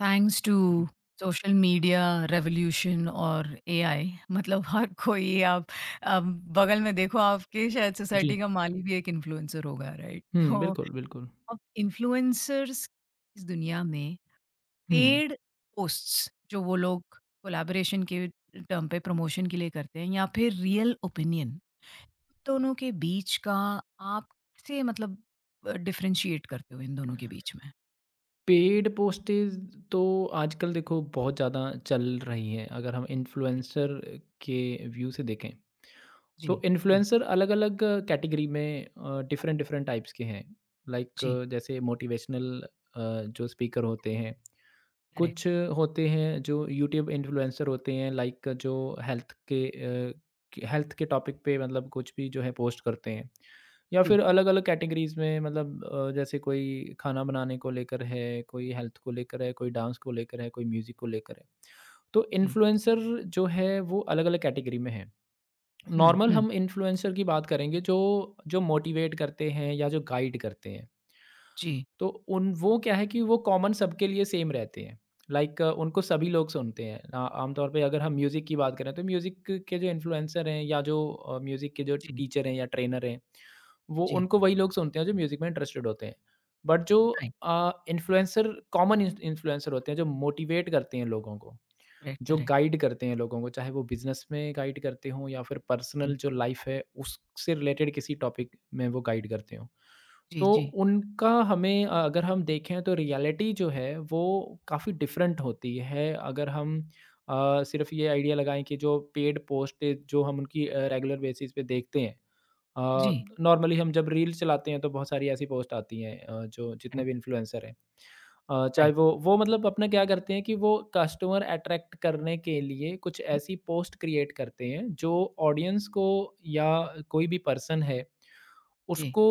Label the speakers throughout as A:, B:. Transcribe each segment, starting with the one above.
A: Thanks to
B: जी,
A: social media revolution और AI, मतलब हर कोई आप बगल में देखो, आपके शायद
B: जी।
A: सोसाइटी का माली भी एक इन्फ्लुएंसर होगा, राइट।
B: हुँ,
A: तो
B: बिल्कुल, बिल्कुल।
A: अब इन्फ्लुएंसर्स इस दुनिया में
B: हुँ,
A: पेड पोस्ट्स जो वो लोग कोलैबोरेशन के टर्म पे प्रमोशन के लिए करते हैं या फिर रियल ओपिनियन, दोनों के बीच का आप कैसे मतलब डिफरेंशिएट करते हो इन दोनों के बीच में?
B: पेड पोस्टेज़ तो आजकल देखो बहुत ज़्यादा चल रही हैं, अगर हम
A: जी।
B: इन्फ्लुएंसर के व्यू से देखें।
A: जी।
B: तो
A: जी।
B: इन्फ्लुएंसर अलग-अलग कैटेगरी में डिफ़रेंट-डिफ़रेंट टाइप्स के हैं।
A: जी।
B: लाइक जैसे मोटिवेशनल जो स्पीकर होते हैं,
A: करेक्ट।
B: कुछ होते हैं जो यूट्यूब इन्फ्लुएंसर होते हैं लाइक जो हेल्थ के हेल्थ के टॉपिक पे मतलब कुछ भी जो है पोस्ट करते हैं, या
A: जी।
B: फिर अलग अलग कैटेगरीज में मतलब जैसे कोई खाना बनाने को लेकर है, कोई हेल्थ को लेकर है, कोई डांस को लेकर है, कोई म्यूजिक को लेकर है। तो
A: जी।
B: इन्फ्लुएंसर जो है वो अलग अलग कैटेगरी में है।
A: हुँ,
B: नॉर्मल
A: हुँ।
B: हम इन्फ्लुएंसर की बात करेंगे जो जो मोटिवेट करते हैं या जो गाइड करते हैं।
A: जी,
B: तो उन वो क्या है कि वो कॉमन सबके लिए सेम रहते हैं, लाइक उनको सभी लोग सुनते हैं। आमतौर पे अगर हम म्यूज़िक की बात करें तो म्यूज़िक के जो इन्फ्लुएंसर हैं या जो म्यूज़िक के जो
A: जी,
B: टीचर हैं या ट्रेनर हैं, वो
A: जी।
B: उनको वही लोग सुनते हैं जो म्यूज़िक में इंटरेस्टेड होते हैं। बट जो
A: राइट,
B: इन्फ्लुएंसर कॉमन इन्फ्लुएंसर होते हैं जो मोटिवेट करते हैं लोगों को,
A: राइट,
B: जो
A: करेक्ट।
B: गाइड करते हैं लोगों को, चाहे वो बिजनेस में गाइड करते हों या फिर
A: जी,
B: पर्सनल जो लाइफ है उससे रिलेटेड किसी टॉपिक में वो गाइड करते हों।
A: जी,
B: तो
A: जी,
B: उनका हमें अगर हम देखें तो रियलिटी जो है वो काफ़ी डिफरेंट होती है। अगर हम सिर्फ ये आइडिया लगाएं कि जो पेड पोस्ट जो हम उनकी रेगुलर बेसिस पे देखते हैं,
A: जी।
B: नॉर्मली हम जब रील चलाते हैं तो बहुत सारी ऐसी पोस्ट आती हैं। जो जितने
A: राइट,
B: भी इन्फ्लुएंसर हैं, चाहे
A: राइट,
B: वो मतलब अपना क्या करते हैं कि वो कस्टमर अट्रैक्ट करने के लिए कुछ ऐसी पोस्ट क्रिएट करते हैं जो ऑडियंस को या कोई भी पर्सन है
A: जी।
B: उसको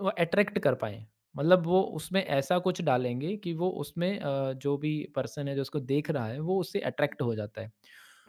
B: वो अट्रैक्ट कर पाएँ। मतलब वो उसमें ऐसा कुछ डालेंगे कि वो उसमें जो भी पर्सन है जो उसको देख रहा है वो उससे अट्रैक्ट हो जाता है।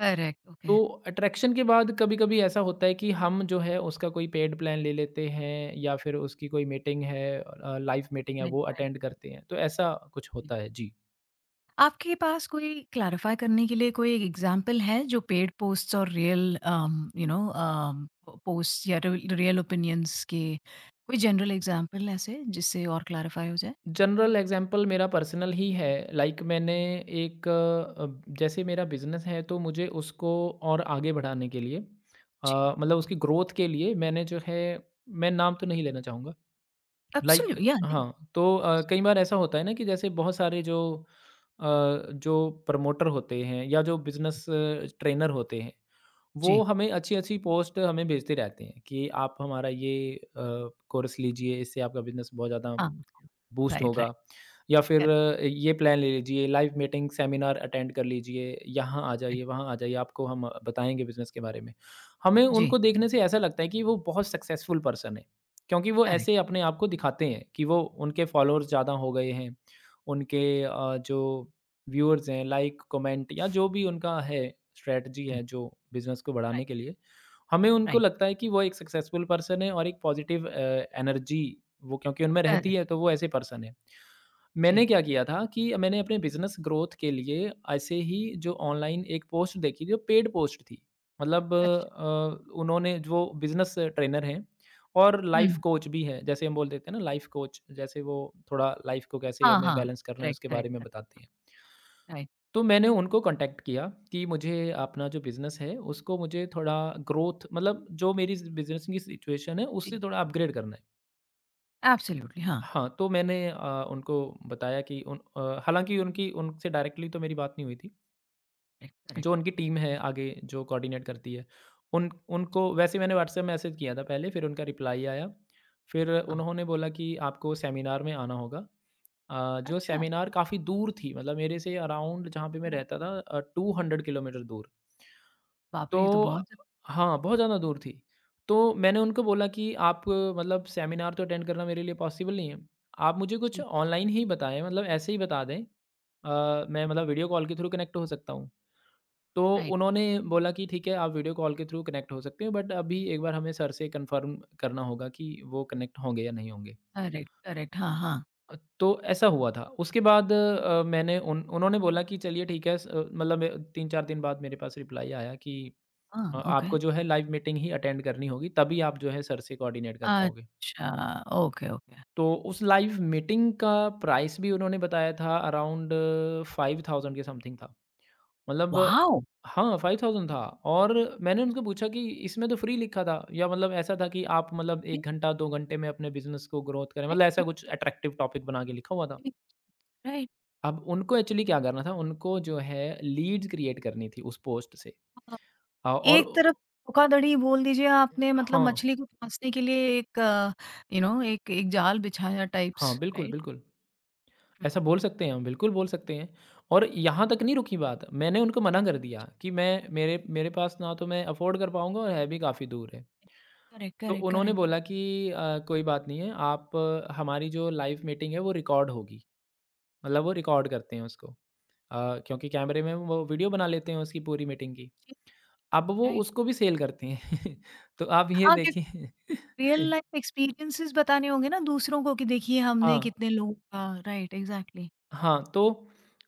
A: करेक्ट,
B: तो
A: ओके।
B: अट्रैक्शन के बाद कभी-कभी ऐसा होता है कि हम जो है उसका कोई पेड प्लान ले लेते हैं, या फिर उसकी कोई मीटिंग है, लाइव मीटिंग है
A: राइट,
B: वो
A: राइट,
B: अटेंड करते हैं। तो ऐसा कुछ
A: जी।
B: होता है। जी।
A: आपके पास कोई क्लैरिफ़ाई करने के लिए कोई एग्ज़ाम्पल है जो पेड पोस्ट्स और real um, you know um, प पोस्ट्स या रिल रियल ओपिनियंस के कोई जनरल एग्ज़ाम्पल ऐसे जिससे और क्लैरिफ़ाई हो जाए?
B: जनरल एग्जांपल मेरा पर्सनल ही है। लाइक मैंने एक जैसे मेरा बिजनेस है तो मुझे उसको और आगे बढ़ाने के लिए
A: जी,
B: मतलब
A: जी।
B: उसकी ग्रोथ के लिए मैंने जो है, मैं नाम तो नहीं लेना चाहूँगा। लाइक
A: एब्सोल्यूट या नहीं।
B: हाँ, तो कई बार ऐसा होता है ना, कि जैसे बहुत सारे जो अ, जो प्रमोटर होते हैं या जो बिजनेस ट्रेनर होते हैं, वो
A: जी,
B: हमें अच्छी अच्छी पोस्ट हमें भेजते रहते हैं कि आप हमारा ये कोर्स लीजिए, इससे आपका बिजनेस बहुत ज़्यादा
A: हाँ, हाँ।
B: बूस्ट
A: राइट, राइट,
B: होगा, या फिर
A: करेक्ट,
B: ये प्लान ले लीजिए, लाइव मीटिंग सेमिनार अटेंड कर लीजिए, यहाँ आ
A: राइट।
B: जाइए, वहाँ आ जाइए, आपको हम बताएँगे बिज़नेस के बारे में। हमें
A: जी,
B: उनको देखने से ऐसा लगता है कि वो बहुत सक्सेसफुल पर्सन है, क्योंकि वो
A: करेक्ट,
B: ऐसे अपने आप को दिखाते हैं कि वो, उनके फॉलोअर्स
A: जी,
B: ज़्यादा हो गए हैं, उनके
A: जी।
B: जो व्यूअर्स हैं, लाइक, कमेंट या जो भी उनका है, स्ट्रैटेजी
A: हुँ,
B: है जो बिज़नेस को बढ़ाने
A: राइट,
B: के लिए, हमें उनको
A: राइट,
B: लगता है कि वो एक सक्सेसफुल पर्सन है और एक पॉजिटिव एनर्जी वो क्योंकि उनमें रहती
A: करेक्ट।
B: है तो वो ऐसे पर्सन है। मैंने
A: जी,
B: क्या किया था कि मैंने अपने बिज़नेस ग्रोथ के लिए ऐसे ही जो ऑनलाइन एक पोस्ट देखी थी, वो पेड पोस्ट थी। मतलब
A: अच्छा।
B: उन्होंने, जो बिज़नेस ट्रेनर हैं और
A: हुँ,
B: लाइफ कोच भी हैं। जैसे हम बोल देते हैं ना लाइफ कोच, जैसे वो थोड़ा लाइफ को कैसे
A: हाँ,
B: हमें
A: हाँ।
B: बैलेंस करना है
A: करेक्ट,
B: उसके बारे
A: करेक्ट,
B: में
A: करेक्ट।
B: बताते हैं।
A: हाँ, राइट,
B: तो मैंने उनको कॉन्टैक्ट किया कि मुझे अपना जो बिज़नेस है उसको मुझे थोड़ा ग्रोथ, मतलब जो मेरी बिज़नेस की सिचुएशन है उससे
A: जी।
B: थोड़ा अपग्रेड करना है।
A: एब्सोल्युटली हाँ।
B: हाँ, तो मैंने उनको बताया कि हालाँकि उनकी, उनसे डायरेक्टली तो मेरी बात नहीं हुई थी।
A: करेक्ट, करेक्ट,
B: जो उनकी टीम है आगे जो कोऑर्डिनेट करती है, उन उनको वैसे मैंने व्हाट्सएप मैसेज किया था पहले, फिर उनका रिप्लाई आया। फिर
A: हाँ।
B: उन्होंने बोला कि आपको सेमिनार में आना होगा। जो
A: अच्छा,
B: सेमिनार काफ़ी दूर थी, मतलब मेरे से अराउंड जहाँ पे मैं
A: ओह!
B: रहता था 200 किलोमीटर दूर।
A: बाप रे! ये तो
B: तो
A: बहुत।
B: हाँ, बहुत ज़्यादा दूर थी। तो मैंने उनको बोला कि आप, मतलब सेमिनार तो अटेंड करना मेरे लिए पॉसिबल नहीं है। आप मुझे कुछ
A: जी,
B: ऑनलाइन ही बताएँ, मतलब ऐसे ही बता दें। मैं
A: हाँ,
B: मतलब वीडियो कॉल के थ्रू कनेक्ट हो सकता हूँ। तो
A: राइट,
B: उन्होंने बोला कि ठीक है, आप वीडियो कॉल के थ्रू कनेक्ट हो सकते हैं, बट अभी एक बार हमें सर से कन्फर्म करना होगा कि वो कनेक्ट होंगे या नहीं होंगे।
A: करेक्ट, करेक्ट, हाँ, हाँ।
B: तो ऐसा हुआ था। उसके बाद मैंने उन उन्होंने बोला कि चलिए ठीक है, मतलब 3-4 दिन बाद मेरे पास रिप्लाई आया कि
A: हाँ, ओके।
B: आपको जो है लाइव मीटिंग ही अटेंड करनी होगी, तभी आप जो है सर से कोऑर्डिनेट कर पाओगे।
A: अच्छा, ओके, ओके।
B: तो उस लाइव मीटिंग का प्राइस भी उन्होंने बताया था, अराउंड 5000 के समथिंग था। मतलब
A: वॉव!
B: हाँ, 5000 था। और मैंने उनसे पूछा कि इसमें तो फ्री लिखा था, या मतलब ऐसा था कि आप मतलब
A: राइट,
B: 1 घंटा, 2 घंटे में अपने बिज़नेस को ग्रोथ करें, मतलब ऐसा
A: राइट,
B: कुछ अट्रैक्टिव टॉपिक बना के लिखा हुआ था।
A: राइट, राइट,
B: अब उनको एक्चुअली क्या करना था, उनको जो है लीड्स क्रिएट करनी थी उस पोस्ट से
A: हाँ।
B: और
A: एक तरफ धोखाधड़ी बोल दीजिए आपने, मतलब
B: हाँ,
A: मछली को फँसने के लिए एक, यू नो, एक एक जाल बिछाया
B: हाँ,
A: टाइप्स।
B: बिल्कुल,
A: राइट?
B: बिल्कुल।
A: हुँ,
B: ऐसा बोल सकते हैं हम, बिल्कुल बोल सकते हैं। और यहाँ तक नहीं रुकी बात, मैंने उनको मना कर दिया कि मैं मेरे मेरे पास ना तो मैं अफ़ोर्ड कर पाऊँगा, और है भी काफ़ी दूर है।
A: करेक्ट,
B: तो
A: करेक्ट,
B: उन्होंने
A: करेक्ट,
B: बोला कि कोई बात नहीं है आप, हमारी जो लाइव मीटिंग है वो रिकॉर्ड होगी, मतलब वो रिकॉर्ड करते हैं उसको, क्योंकि कैमरे में वो वीडियो बना लेते हैं उसकी पूरी मीटिंग की।
A: जी,
B: अब वो
A: राइट।
B: उसको भी सेल करते हैं। तो आप ये
A: हाँ,
B: देखिए।
A: रियल लाइफ एक्सपीरियंसेस बताने होंगे ना दूसरों को कि देखिए
B: हाँ।
A: हमने कितने लोगों का राइट एग्ज़ैक्टली।
B: हाँ, तो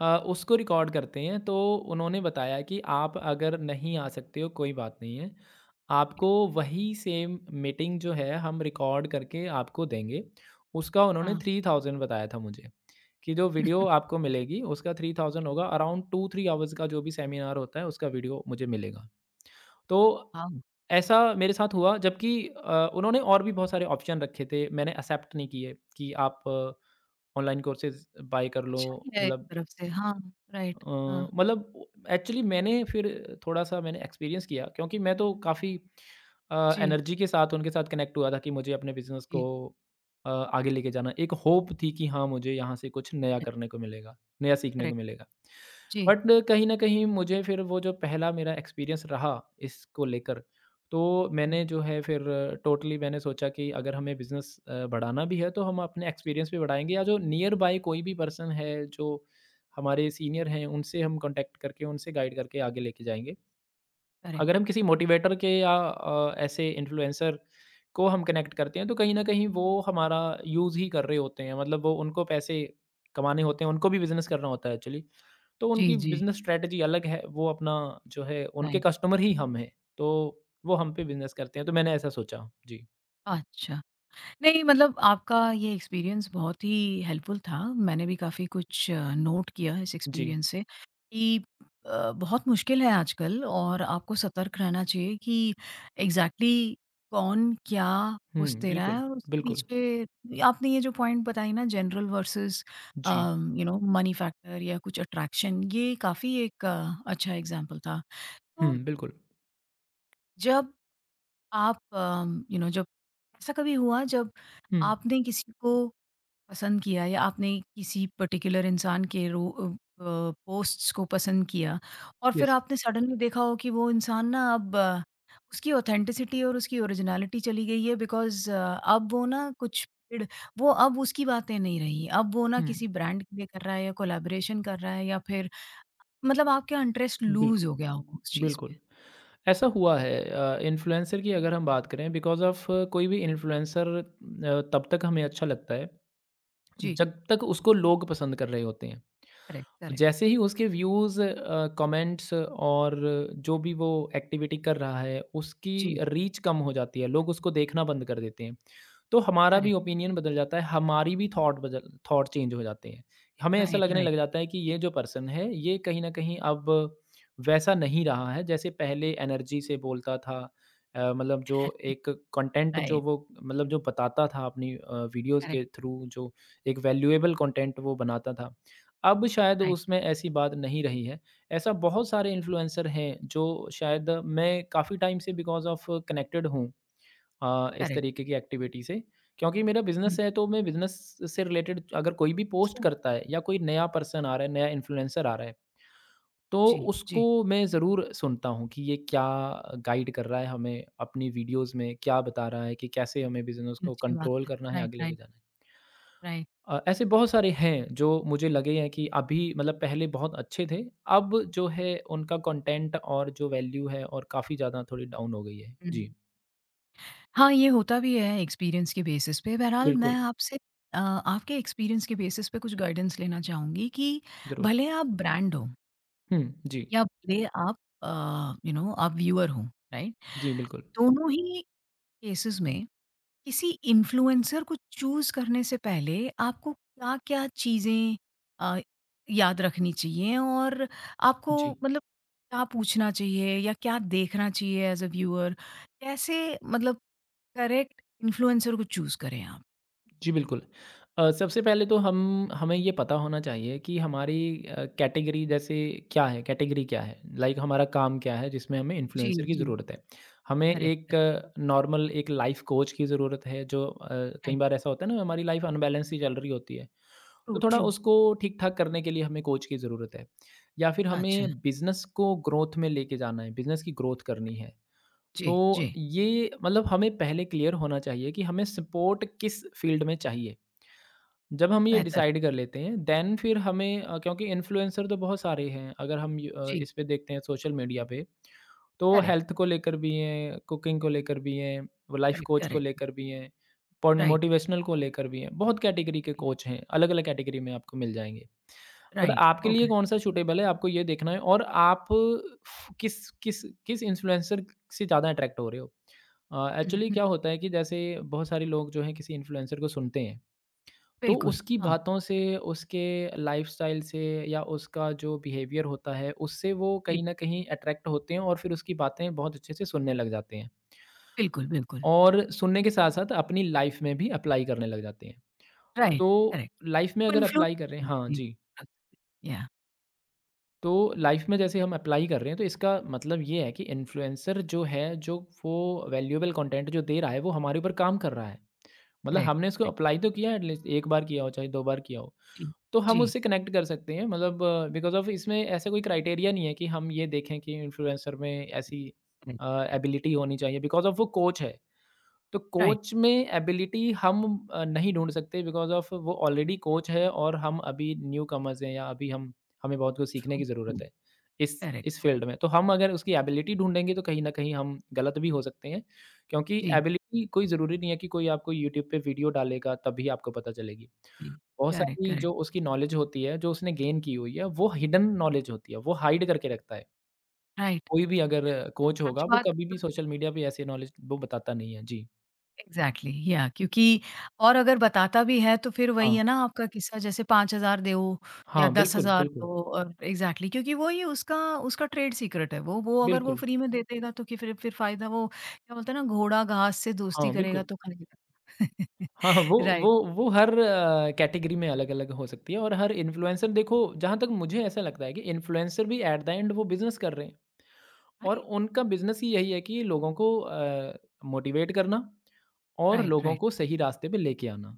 B: उसको रिकॉर्ड करते हैं, तो उन्होंने बताया कि आप अगर नहीं आ सकते हो कोई बात नहीं है। आपको वही सेम मीटिंग जो है हम रिकॉर्ड करके आपको देंगे। उसका उन्होंने
A: हाँ।
B: 3000 बताया था मुझे, कि जो वीडियो आपको मिलेगी उसका 3000 होगा, अराउंड 2-3 आवर्स का जो भी सेमिनार होता है उसका वीडियो मुझे मिलेगा। तो
A: हाँ।
B: ऐसा मेरे साथ हुआ, जबकि उन्होंने और भी बहुत सारे ऑप्शन रखे थे, मैंने एक्सेप्ट नहीं किए कि आप ऑनलाइन कोर्सेज़ बाय कर लो,
A: अच्छा किया है एक
B: मतलब
A: तरफ से, हाँ, राइट, हाँ,
B: मतलब एक्चुअली मैंने फिर थोड़ा-सा मैंने एक्सपीरियंस किया, क्योंकि मैं तो काफ़ी
A: जी,
B: एनर्जी के साथ उनके साथ कनेक्ट हुआ था कि मुझे अपने बिज़नेस को
A: जी,
B: आगे लेके जाना। एक होप थी कि हाँ, मुझे यहाँ से कुछ नया करने को मिलेगा, नया सीखने को
A: करेक्ट,
B: मिलेगा।
A: जी,
B: बट कहीं न कहीं मुझे फिर वो जो पहला मेरा एक्सपीरियंस रहा इसको लेकर, तो
A: हुँ,
B: मैंने जो है फिर टोटली मैंने सोचा कि अगर हमें बिज़नेस बढ़ाना भी है तो हम अपने
A: जी,
B: एक्सपीरियंस भी बढ़ाएँगे, या जो नियर बाय कोई भी पर्सन है जो हमारे सीनियर हैं, उनसे हम कॉन्टैक्ट करके, उनसे गाइड करके आगे लेके जाएँगे।
A: करेक्ट,
B: अगर हम किसी मोटिवेटर के या ऐसे इन्फ्लुएंसर को हम कनेक्ट करते हैं, तो कहीं न कहीं वो हमारा यूज़ ही कर रहे होते हैं। मतलब वो, उनको पैसे कमाने होते हैं, उनको भी बिज़नेस करना होता है एक्चुअली। तो
A: जी,
B: उनकी
A: जी,
B: बिज़नेस स्ट्रैटेजी अलग है, वो अपना जो है, उनके
A: राइट।
B: कस्टमर ही हम हैं, तो वो हम पे बिज़नेस करते हैं। तो मैंने ऐसा सोचा। जी।
A: अच्छा। नहीं, मतलब आपका ये एक्सपीरियंस बहुत ही हेल्पफुल था। मैंने भी काफ़ी कुछ नोट किया इस
B: जी।
A: एक्सपीरियंस से कि बहुत मुश्किल है आजकल और आपको सतर्क रहना चाहिए कि एग्ज़ैक्टली कौन क्या घुस
B: हुँ,
A: दे रहा
B: बिल्कुल,
A: है। और उसके
B: बिल्कुल।
A: पीछे आपने ये जो पॉइंट बताई ना, जनरल वर्सेस
B: जी।
A: यू नो मनी फैक्टर या कुछ अट्रैक्शन, ये काफ़ी एक अच्छा एग्ज़ाम्पल था।
B: हुँ,
A: तो
B: बिल्कुल।
A: जब आप यू नो, जब ऐसा कभी हुआ जब
B: हुँ।
A: आपने किसी को पसंद किया या आपने किसी पर्टिकुलर इंसान के पोस्ट्स को पसंद किया और फिर
B: यस।
A: आपने सडनली देखा हो कि वो इंसान ना अब उसकी ऑथेंटिसिटी और उसकी ओरिजिनलिटी चली गई है बिकॉज़ अब वो ना कुछ ड वो अब उसकी बातें नहीं रही। अब वो ना
B: हुँ,
A: किसी ब्रांड के लिए कर रहा है या कोलैबोरेशन कर रहा है या फिर, मतलब आपका इंटरेस्ट लूज़
B: बिल्कुल,
A: हो गया होगा उस चीज़
B: बिल्कुल।
A: पे।
B: ऐसा हुआ है इन्फ्लुएंसर की अगर हम बात करें, बिकॉज़ ऑफ़ कोई भी इन्फ्लुएंसर तब तक हमें अच्छा लगता है,
A: जी,
B: जब तक उसको लोग पसंद कर रहे होते हैं।
A: Correct, correct.
B: जैसे ही उसके व्यूज़, कमेंट्स और जो भी वो एक्टिविटी कर रहा है, उसकी
A: जी,
B: रीच कम हो जाती है, लोग उसको देखना बंद कर देते हैं। तो हमारा भी
A: करेक्ट,
B: ओपिनियन बदल जाता है, हमारी भी थॉट चेंज हो जाते हैं। हमें ऐसा
A: राइट,
B: लगने
A: राइट,
B: लग जाता है कि ये जो पर्सन है, ये कहीं न कहीं अब वैसा नहीं रहा है, जैसे पहले एनर्जी से बोलता था। मतलब जो एक कंटेंट जो
A: राइट,
B: वो, मतलब जो बताता था अपनी वीडियोज़ के
A: करेक्ट,
B: थ्रू, जो एक वैल्यूएबल कंटेंट वो बनाता था। अब शायद
A: राइट,
B: उसमें ऐसी बात नहीं रही है। ऐसा बहुत सारे इन्फ्लुएंसर हैं जो शायद, मैं काफ़ी टाइम से बिकॉज़ ऑफ़ कनेक्टेड हूँ इस तरीके
A: करेक्ट।
B: की एक्टिविटी से। क्योंकि मेरा
A: हुँ,
B: बिज़नेस है तो मैं बिज़नेस से रिलेटेड, अगर कोई भी पोस्ट
A: सही बात।
B: करता है या कोई नया पर्सन आ रहा है, नया इन्फ्लुएंसर आ रहा है, तो
A: जी,
B: उसको
A: जी।
B: मैं ज़रूर सुनता हूँ कि ये क्या गाइड कर रहा है हमें अपनी वीडियोज़ में, क्या बता रहा है कि कैसे हमें बिज़नेस को
A: अच्छी बात
B: कंट्रोल
A: है।
B: करना है,
A: राइट,
B: आगे लेके
A: राइट,
B: जाना है।
A: राइट।
B: ऐसे बहुत सारे हैं जो मुझे लगे हैं कि अभी, मतलब पहले बहुत अच्छे थे, अब जो है उनका कंटेंट और जो वैल्यू है और काफ़ी ज़्यादा थोड़ी डाउन हो गई है।
A: हुँ।
B: जी,
A: हाँ, ये होता भी है एक्सपीरियंस के बेसिस पे। बहरहाल मैं
B: बिल्कुल,
A: आपसे आपके एक्सपीरियंस के बेसिस पे कुछ गाइडेंस लेना चाहूँगी कि
B: ज़रूर।
A: भले आप ब्रांड हो
B: हुँ, जी।
A: या भले आप अ, you know, आप व्यूअर हो, राइट?
B: जी, बिल्कुल।
A: दोनों ही केसेस में किसी इन्फ्लुएंसर को चूज़ करने से पहले आपको क्या-क्या चीज़ें अ, याद रखनी चाहिए और आपको
B: जी।
A: मतलब क्या पूछना चाहिए या क्या देखना चाहिए एज़ अ व्यूअर? कैसे, मतलब करेक्ट इन्फ्लुएंसर को चूज़ करें आप?
B: जी, बिल्कुल। सबसे पहले तो हम हमें ये पता होना चाहिए कि हमारी कैटेगरी जैसे क्या है, कैटेगरी क्या है? लाइक हमारा काम क्या है जिसमें हमें
A: जी,
B: इन्फ्लुएंसर की
A: जी।
B: ज़रूरत है? हमें
A: करेक्ट,
B: एक
A: करेक्ट,
B: नॉर्मल एक लाइफ़ कोच की ज़रूरत है जो कई
A: राइट।
B: बार ऐसा होता है ना, हमारी लाइफ़ अनबैलेंस ही चल रही होती है,
A: ट्रू,
B: तो थोड़ा
A: ट्रू।
B: उसको ठीक-ठाक करने के लिए हमें कोच की ज़रूरत है। या फिर
A: अच्छा,
B: हमें बिज़नेस को ग्रोथ में लेके जाना है, बिज़नेस की ग्रोथ करनी
A: राइट।
B: है।
A: जी,
B: तो
A: जी।
B: ये मतलब हमें पहले क्लियर होना चाहिए कि हमें सपोर्ट किस फ़ील्ड में चाहिए। जब हम ये
A: बेहतर।
B: डिसाइड कर लेते हैं, देन फिर हमें क्योंकि इन्फ्लुएंसर तो बहुत सारे हैं, अगर हम
A: जी,
B: इस पे देखते हैं सोशल मीडिया पे, तो
A: करेक्ट,
B: हेल्थ को लेकर भी हैं, कुकिंग को लेकर भी हैं, वो लाइफ
A: करेक्ट,
B: कोच को
A: करेक्ट।
B: लेकर भी हैं,
A: राइट,
B: मोटिवेशनल को लेकर भी हैं। बहुत कैटेगरी के
A: जी,
B: कोच हैं, अलग अलग कैटेगरी में आपको मिल जाएंगे। But
A: right.
B: आपके लिए
A: ओके।
B: कौन सा सूटेबल है, आपको ये देखना है, और आप किस किस किस इन्फ्लुएंसर से ज़्यादा अट्रैक्ट हो रहे हो।
A: हुँ,
B: एक्चुअली
A: हुँ।
B: क्या होता है कि जैसे बहुत सारे लोग जो हैं, किसी इन्फ्लुएंसर को सुनते हैं, तो
A: बिल्कुल।
B: उसकी
A: हाँ,
B: बातों से, उसके लाइफ़स्टाइल से, या उसका जो बिहेवियर होता है, उससे वो
A: जी।
B: कहीं न कहीं अट्रैक्ट होते हैं और फिर उसकी बातें बहुत अच्छे से सुनने लग जाते हैं।
A: बिल्कुल, बिल्कुल।
B: और सुनने के साथ-साथ अपनी लाइफ़ में भी अप्लाई करने लग जाते हैं।
A: राइट,
B: तो
A: करेक्ट।
B: लाइफ़ में
A: को
B: अगर
A: इन्फ्लुएंस
B: अप्लाई कर रहे
A: कर
B: हैं, हाँ
A: सकती
B: जी,
A: कर सकती या
B: तो लाइफ़ में जैसे हम अप्लाई कर रहे हैं, तो इसका मतलब ये है कि इन्फ्लुएंसर जो है, जो वो वैल्यूएबल कंटेंट जो दे रहा है, वो हमारे ऊपर काम कर रहा है। मतलब
A: करेक्ट,
B: हमने इसको
A: करेक्ट,
B: अप्लाई तो किया है, एटलीस्ट 1 बार किया हो, चाहे 2 बार किया हो।
A: जी,
B: तो हम
A: जी,
B: उससे कनेक्ट कर सकते हैं, मतलब बिकॉज़ ऑफ़ इसमें ऐसा कोई क्राइटेरिया नहीं है कि हम ये देखें कि इन्फ्लुएंसर में ऐसी
A: करेक्ट, करेक्ट,
B: एबिलिटी होनी चाहिए बिकॉज़ ऑफ़ वो कोच है। तो
A: राइट,
B: कोच में एबिलिटी हम नहीं ढूँढ सकते बिकॉज़ ऑफ़ वो ऑलरेडी कोच है, और हम अभी न्यूकमर्स हैं, या अभी हम, हमें बहुत कुछ सीखने
A: ट्रू,
B: की
A: ट्रू,
B: ज़रूरत है, इस
A: करेक्ट, ओके,
B: फ़ील्ड में। तो हम अगर उसकी एबिलिटी ढूँढेंगे, तो कहीं न कहीं हम गलत भी हो सकते हैं, क्योंकि
A: जी,
B: एबिलिटी कोई ज़रूरी नहीं है कि कोई आपको यूट्यूब पे वीडियो डालेगा तभी आपको पता चलेगी।
A: जी,
B: बहुत
A: करेक्ट,
B: सारी
A: करेक्ट,
B: जो उसकी नॉलेज होती है, जो उसने गेन की हुई है, वो हिडन नॉलेज होती है, वो हाइड करके रखता है।
A: राइट,
B: कोई भी अगर कोच
A: सच
B: होगा, वो
A: बात,
B: कभी भी सोशल मीडिया पे ऐसी नॉलेज वो बताता नहीं है। जी।
A: एग्ज़ैक्टली। या क्योंकि, और अगर बताता भी है तो फिर वही
B: हाँ।
A: है ना आपका किस्सा, जैसे 5,000 दो या
B: हाँ, बिल्कुल,
A: 10,000
B: बिल्कुल।
A: दो। और एग्ज़ैक्टली क्योंकि वो ही उसका उसका ट्रेड सीक्रेट है। वो अगर वो
B: बिल्कुल।
A: फ्री में दे देगा तो कि फिर फ़ायदा वो क्या बोलते हैं ना, घोड़ा घास से दोस्ती
B: हाँ,
A: करेगा
B: बिल्कुल।
A: तो खाएगा।
B: हाँ, हाँ, वो वो
A: राइट,
B: वो हर कैटेगरी में अलग-अलग हो सकती है, और हर इन्फ्लुएंसर, देखो, जहाँ तक मुझे ऐसा लगता है कि इन्फ्लुएंसर भी एट द एंड वो बिज़नेस कर रहे हैं, और
A: राइट,
B: उनका
A: राइट।
B: बिज़नेस ही यही है कि लोगों को मोटिवेट करना और
A: राइट,
B: लोगों
A: राइट।
B: को सही रास्ते पे लेके आना।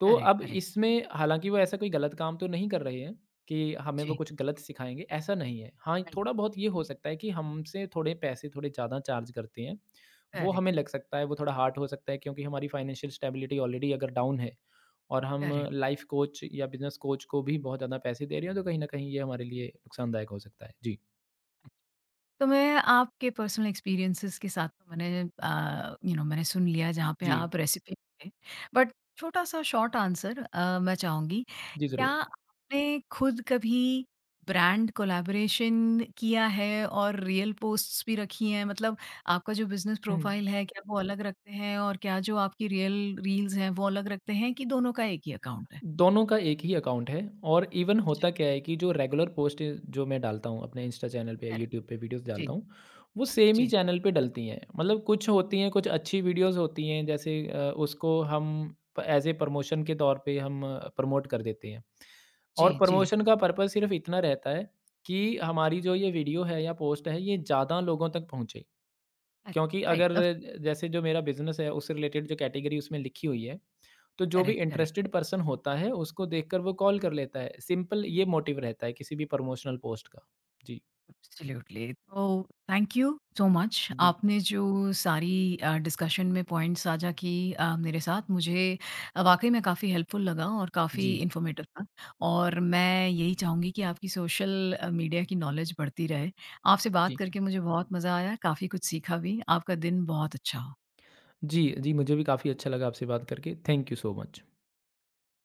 B: तो
A: करेक्ट,
B: अब
A: करेक्ट।
B: इसमें, हालाँकि, वो ऐसा कोई गलत काम तो नहीं कर रहे हैं कि हमें वो
A: जी,
B: कुछ गलत सिखाएँगे, ऐसा नहीं है। हाँ,
A: राइट,
B: थोड़ा बहुत ये हो सकता है कि हमसे थोड़े पैसे थोड़े ज़्यादा चार्ज करते हैं, वो
A: करेक्ट,
B: हमें लग सकता है, वो थोड़ा हार्ड हो सकता है क्योंकि हमारी फाइनेंशियल स्टेबिलिटी ऑलरेडी अगर डाउन है, और हम
A: करेक्ट।
B: लाइफ कोच या बिज़नेस कोच को भी बहुत ज़्यादा पैसे दे रहे हैं, तो कहीं न कहीं ये हमारे लिए नुकसानदायक हो सकता है। जी।
A: तो मैं आपके पर्सनल एक्सपीरियंसेस के साथ तो मैंने यू नो मैंने सुन लिया जहाँ पे
B: जी।
A: आप रेसिपी थे। बट छोटा-सा शॉर्ट आंसर मैं चाहूँगी,
B: जी,
A: क्या
B: ज़रूर।
A: आपने खुद कभी ब्रांड कोलैबोरेशन किया है और रियल पोस्ट्स भी रखी हैं? मतलब आपका जो बिज़नेस
B: हुँ।
A: प्रोफाइल है, क्या वो अलग रखते हैं और क्या जो आपकी रियल रील्स हैं, वो अलग रखते हैं कि दोनों का एक ही अकाउंट है?
B: दोनों का एक ही अकाउंट है, और इवन
A: जी,
B: होता क्या है कि जो रेगुलर पोस्ट जो मैं डालता हूँ अपने इंस्टा चैनल पे, या
A: करेक्ट।
B: यूट्यूब पे वीडियोस डालता
A: जी,
B: हूँ, वो सेम ही
A: जी,
B: चैनल पे डलती हैं। मतलब कुछ होती हैं, कुछ अच्छी वीडियोस होती हैं, जैसे उसको हम एज ए प्रमोशन के तौर पे हम प्रमोट कर देते हैं, और
A: जी, जी।
B: प्रमोशन का पर्पस सिर्फ इतना रहता है कि हमारी जो ये वीडियो है या पोस्ट है, ये ज़्यादा लोगों तक पहुँचे,
A: अ,
B: क्योंकि
A: राइट,
B: अगर, जैसे जो मेरा बिज़नेस है उससे रिलेटेड जो कैटेगरी उसमें लिखी हुई है, तो जो भी
A: करेक्ट, करेक्ट,
B: इंटरेस्टेड पर्सन होता है, उसको देखकर वो कॉल कर लेता है। सिंपल ये मोटिव रहता है किसी भी प्रमोशनल पोस्ट का। जी।
A: एब्सोल्यूटली। तो थैंक यू सो मच।
B: जी।
A: आपने जो सारी डिस्कशन में पॉइंट्स साझा की मेरे साथ, मुझे वाक़ई में काफ़ी हेल्पफुल लगा और काफ़ी
B: जी,
A: इन्फॉर्मेटिव था। और मैं यही चाहूँगी कि आपकी सोशल मीडिया की नॉलेज बढ़ती रहे। आपसे बात
B: जी।
A: करके मुझे बहुत मज़ा आया, काफ़ी कुछ सीखा भी। आपका दिन बहुत अच्छा हो।
B: जी, जी, मुझे भी काफ़ी अच्छा लगा आपसे बात करके। Thank you so much.